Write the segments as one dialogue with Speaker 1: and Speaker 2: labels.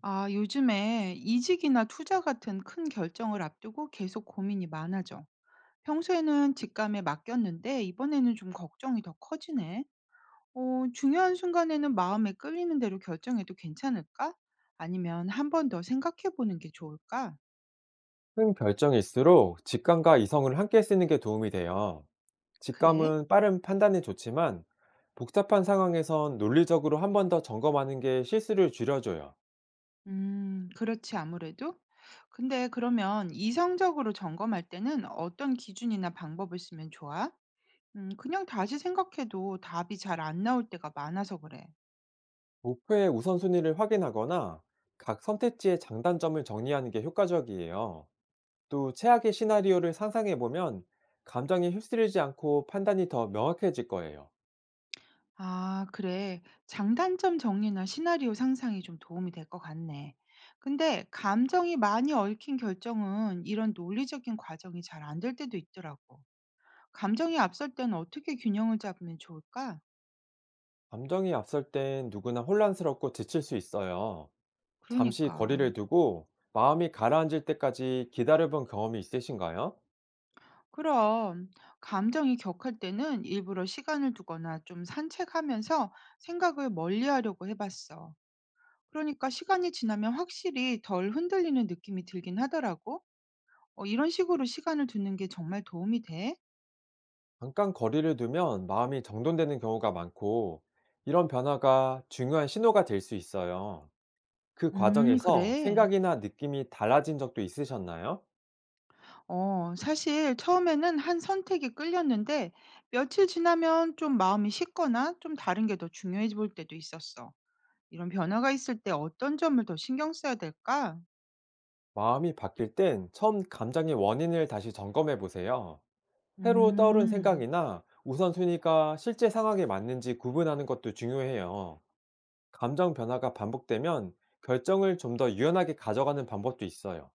Speaker 1: 아, 요즘에 이직이나 투자 같은 큰 결정을 앞두고 계속 고민이 많아져. 평소에는 직감에 맡겼는데 이번에는 좀 걱정이 더 커지네. 어, 중요한 순간에는 마음에 끌리는 대로 결정해도 괜찮을까? 아니면 한 번 더 생각해 보는 게 좋을까?
Speaker 2: 큰 결정일수록 직감과 이성을 함께 쓰는 게 도움이 돼요.
Speaker 1: 그래?
Speaker 2: 직감은 빠른 판단에 좋지만 복잡한 상황에선 논리적으로 한 번 더 점검하는 게 실수를 줄여줘요.
Speaker 1: 그렇지, 아무래도. 근데 그러면 이성적으로 점검할 때는 어떤 기준이나 방법을 쓰면 좋아? 그냥 다시 생각해도 답이 잘 안 나올 때가 많아서 그래.
Speaker 2: 목표의 우선순위를 확인하거나 각 선택지의 장단점을 정리하는 게 효과적이에요. 또 최악의 시나리오를 상상해보면 감정이 휩쓸리지 않고 판단이 더 명확해질 거예요.
Speaker 1: 아, 그래. 장단점 정리나 시나리오 상상이 좀 도움이 될 것 같네. 근데 감정이 많이 얽힌 결정은 이런 논리적인 과정이 잘 안 될 때도 있더라고. 감정이 앞설 때는 어떻게 균형을 잡으면 좋을까?
Speaker 2: 감정이 앞설 땐 누구나 혼란스럽고 지칠 수 있어요. 잠시
Speaker 1: 그러니까.
Speaker 2: 거리를 두고 마음이 가라앉을 때까지 기다려본 경험이 있으신가요?
Speaker 1: 그럼 감정이 격할 때는 일부러 시간을 두거나 좀 산책하면서 생각을 멀리 하려고 해봤어. 그러니까 시간이 지나면 확실히 덜 흔들리는 느낌이 들긴 하더라고. "이런 식으로 시간을 두는 게 정말 도움이 돼?"
Speaker 2: 잠깐 거리를 두면 마음이 정돈되는 경우가 많고, 이런 변화가 중요한 신호가 될 수 있어요. 그 과정에서
Speaker 1: 그래."
Speaker 2: 생각이나 느낌이 달라진 적도 있으셨나요?
Speaker 1: 사실 처음에는 한 선택에 끌렸는데 며칠 지나면 좀 마음이 식거나 좀 다른 게 더 중요해 볼 때도 있었어. 이런 변화가 있을 때 어떤 점을 더 신경 써야 될까?
Speaker 2: 마음이 바뀔 땐 처음 감정의 원인을 다시 점검해 보세요. 새로 떠오른
Speaker 1: 음.
Speaker 2: 생각이나 우선순위가 실제 상황에 맞는지 구분하는 것도 중요해요. 감정 변화가 반복되면 결정을 좀 더 유연하게 가져가는 방법도 있어요.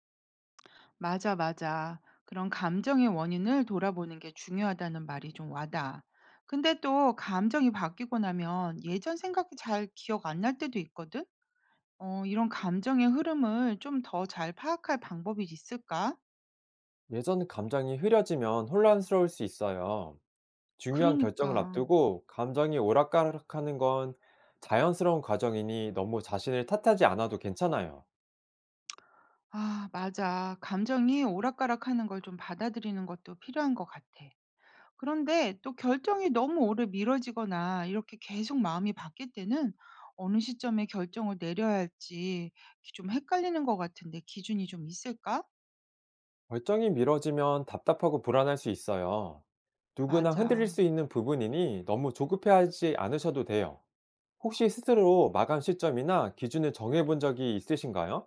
Speaker 1: 맞아, 맞아. 그런 감정의 원인을 돌아보는 게 중요하다는 말이 좀 와닿아. 근데 또 감정이 바뀌고 나면 예전 생각이 잘 기억 안 날 때도 있거든? 어, 이런 감정의 흐름을 좀 더 잘 파악할 방법이 있을까?
Speaker 2: 예전 감정이 흐려지면 혼란스러울 수 있어요. 중요한 결정을
Speaker 1: 그러니까.
Speaker 2: 앞두고 감정이 오락가락하는 건 자연스러운 과정이니 너무 자신을 탓하지 않아도 괜찮아요.
Speaker 1: 아, 맞아. 감정이 오락가락하는 걸 좀 받아들이는 것도 필요한 것 같아. 그런데 또 결정이 너무 오래 미뤄지거나 이렇게 계속 마음이 바뀔 때는 어느 시점에 결정을 내려야 할지 좀 헷갈리는 것 같은데 기준이 좀 있을까?
Speaker 2: 결정이 미뤄지면 답답하고 불안할 수 있어요. 누구나 흔들릴
Speaker 1: 맞아.
Speaker 2: 수 있는 부분이니 너무 조급해하지 않으셔도 돼요. 혹시 스스로 마감 시점이나 기준을 정해본 적이 있으신가요?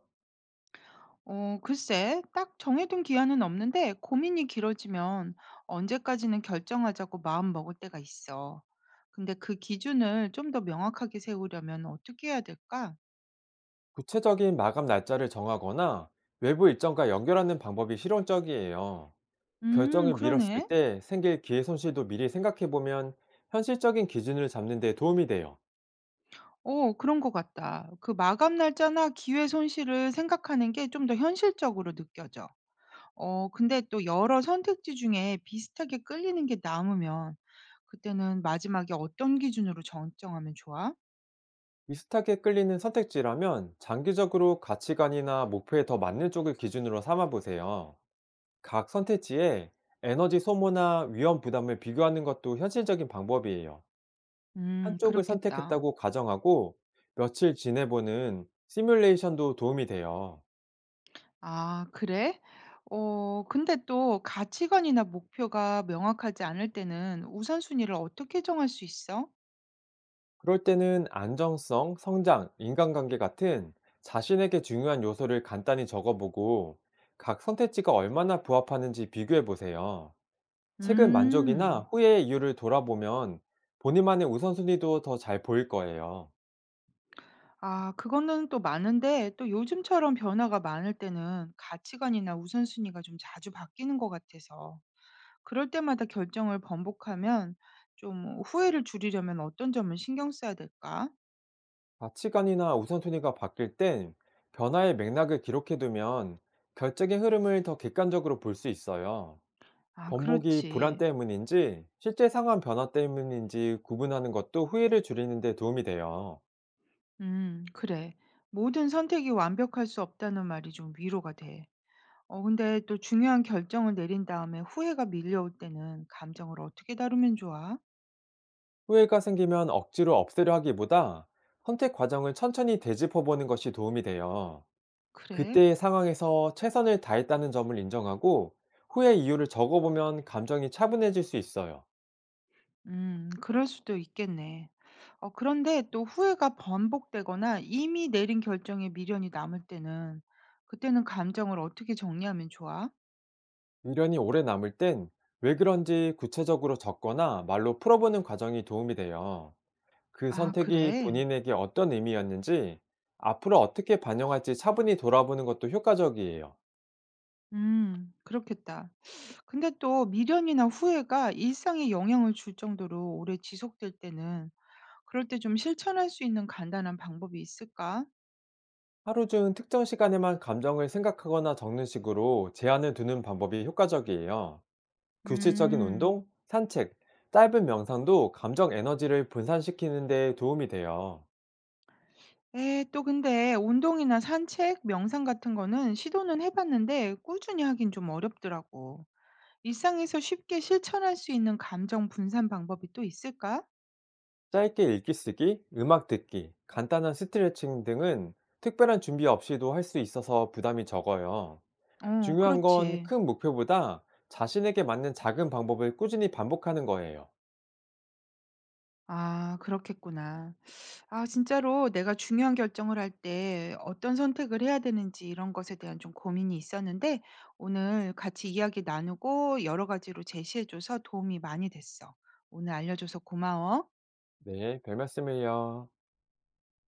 Speaker 1: 어, 글쎄, 딱 정해둔 기한은 없는데 고민이 길어지면 언제까지는 결정하자고 마음 먹을 때가 있어. 근데 그 기준을 좀 더 명확하게 세우려면 어떻게 해야 될까?
Speaker 2: 구체적인 마감 날짜를 정하거나 외부 일정과 연결하는 방법이 실용적이에요. 결정을 미뤘을
Speaker 1: 그러네.
Speaker 2: 때 생길 기회 손실도 미리 생각해보면 현실적인 기준을 잡는 데 도움이 돼요.
Speaker 1: 어, 그런 것 같다. 그 마감 날짜나 기회 손실을 생각하는 게 좀 더 현실적으로 느껴져. 어, 근데 또 여러 선택지 중에 비슷하게 끌리는 게 남으면 그때는 마지막에 어떤 기준으로 결정하면 좋아?
Speaker 2: 비슷하게 끌리는 선택지라면 장기적으로 가치관이나 목표에 더 맞는 쪽을 기준으로 삼아보세요. 각 선택지에 에너지 소모나 위험 부담을 비교하는 것도 현실적인 방법이에요. 한쪽을
Speaker 1: 그렇겠다.
Speaker 2: 선택했다고 가정하고 며칠 지내보는 시뮬레이션도 도움이 돼요.
Speaker 1: 아, 그래? 어, 근데 또 가치관이나 목표가 명확하지 않을 때는 우선순위를 어떻게 정할 수 있어?
Speaker 2: 그럴 때는 안정성, 성장, 인간관계 같은 자신에게 중요한 요소를 간단히 적어보고 각 선택지가 얼마나 부합하는지 비교해 보세요. 최근
Speaker 1: 음.
Speaker 2: 만족이나 후회의 이유를 돌아보면 본인만의 우선순위도 더 잘 보일 거예요.
Speaker 1: 아, 그거는 또 많은데 또 요즘처럼 변화가 많을 때는 가치관이나 우선순위가 좀 자주 바뀌는 것 같아서 그럴 때마다 결정을 번복하면 좀 후회를 줄이려면 어떤 점을 신경 써야 될까?
Speaker 2: 가치관이나 우선순위가 바뀔 땐 변화의 맥락을 기록해 두면 결정의 흐름을 더 객관적으로 볼 수 있어요.
Speaker 1: 아,
Speaker 2: 번복이 불안
Speaker 1: 그렇지.
Speaker 2: 때문인지 실제 상황 변화 때문인지 구분하는 것도 후회를 줄이는 데 도움이 돼요.
Speaker 1: 그래. 모든 선택이 완벽할 수 없다는 말이 좀 위로가 돼. 근데 또 중요한 결정을 내린 다음에 후회가 밀려올 때는 감정을 어떻게 다루면 좋아?
Speaker 2: 후회가 생기면 억지로 없애려 하기보다 선택 과정을 천천히 되짚어 보는 것이 도움이 돼요.
Speaker 1: 그래?
Speaker 2: 그때의 상황에서 최선을 다했다는 점을 인정하고 후회 이유를 적어보면 감정이 차분해질 수 있어요.
Speaker 1: 그럴 수도 있겠네. 어, 그런데 또 후회가 번복되거나 이미 내린 결정에 미련이 남을 때는 그때는 감정을 어떻게 정리하면 좋아?
Speaker 2: 미련이 오래 남을 땐 왜 그런지 구체적으로 적거나 말로 풀어보는 과정이 도움이 돼요. 그
Speaker 1: 아,
Speaker 2: 선택이
Speaker 1: 그래?
Speaker 2: 본인에게 어떤 의미였는지 앞으로 어떻게 반영할지 차분히 돌아보는 것도 효과적이에요.
Speaker 1: 그렇겠다. 근데 또 미련이나 후회가 일상에 영향을 줄 정도로 오래 지속될 때는 그럴 때 좀 실천할 수 있는 간단한 방법이 있을까?
Speaker 2: 하루 중 특정 시간에만 감정을 생각하거나 적는 식으로 제한을 두는 방법이 효과적이에요. 규칙적인
Speaker 1: 음.
Speaker 2: 운동, 산책, 짧은 명상도 감정 에너지를 분산시키는 데 도움이 돼요.
Speaker 1: 예. 또 근데 운동이나 산책, 명상 같은 거는 시도는 해 봤는데 꾸준히 하긴 좀 어렵더라고. 일상에서 쉽게 실천할 수 있는 감정 분산 방법이 또 있을까?
Speaker 2: 짧게 읽기 쓰기, 음악 듣기, 간단한 스트레칭 등은 특별한 준비 없이도 할 수 있어서 부담이 적어요. 중요한 건
Speaker 1: 그렇지.
Speaker 2: 큰 목표보다 자신에게 맞는 작은 방법을 꾸준히 반복하는 거예요.
Speaker 1: 아 그렇겠구나. 아 진짜로 내가 중요한 결정을 할 때 어떤 선택을 해야 되는지 이런 것에 대한 좀 고민이 있었는데 오늘 같이 이야기 나누고 여러 가지로 제시해 줘서 도움이 많이 됐어. 오늘 알려줘서 고마워.
Speaker 2: 네, 별 말씀을요.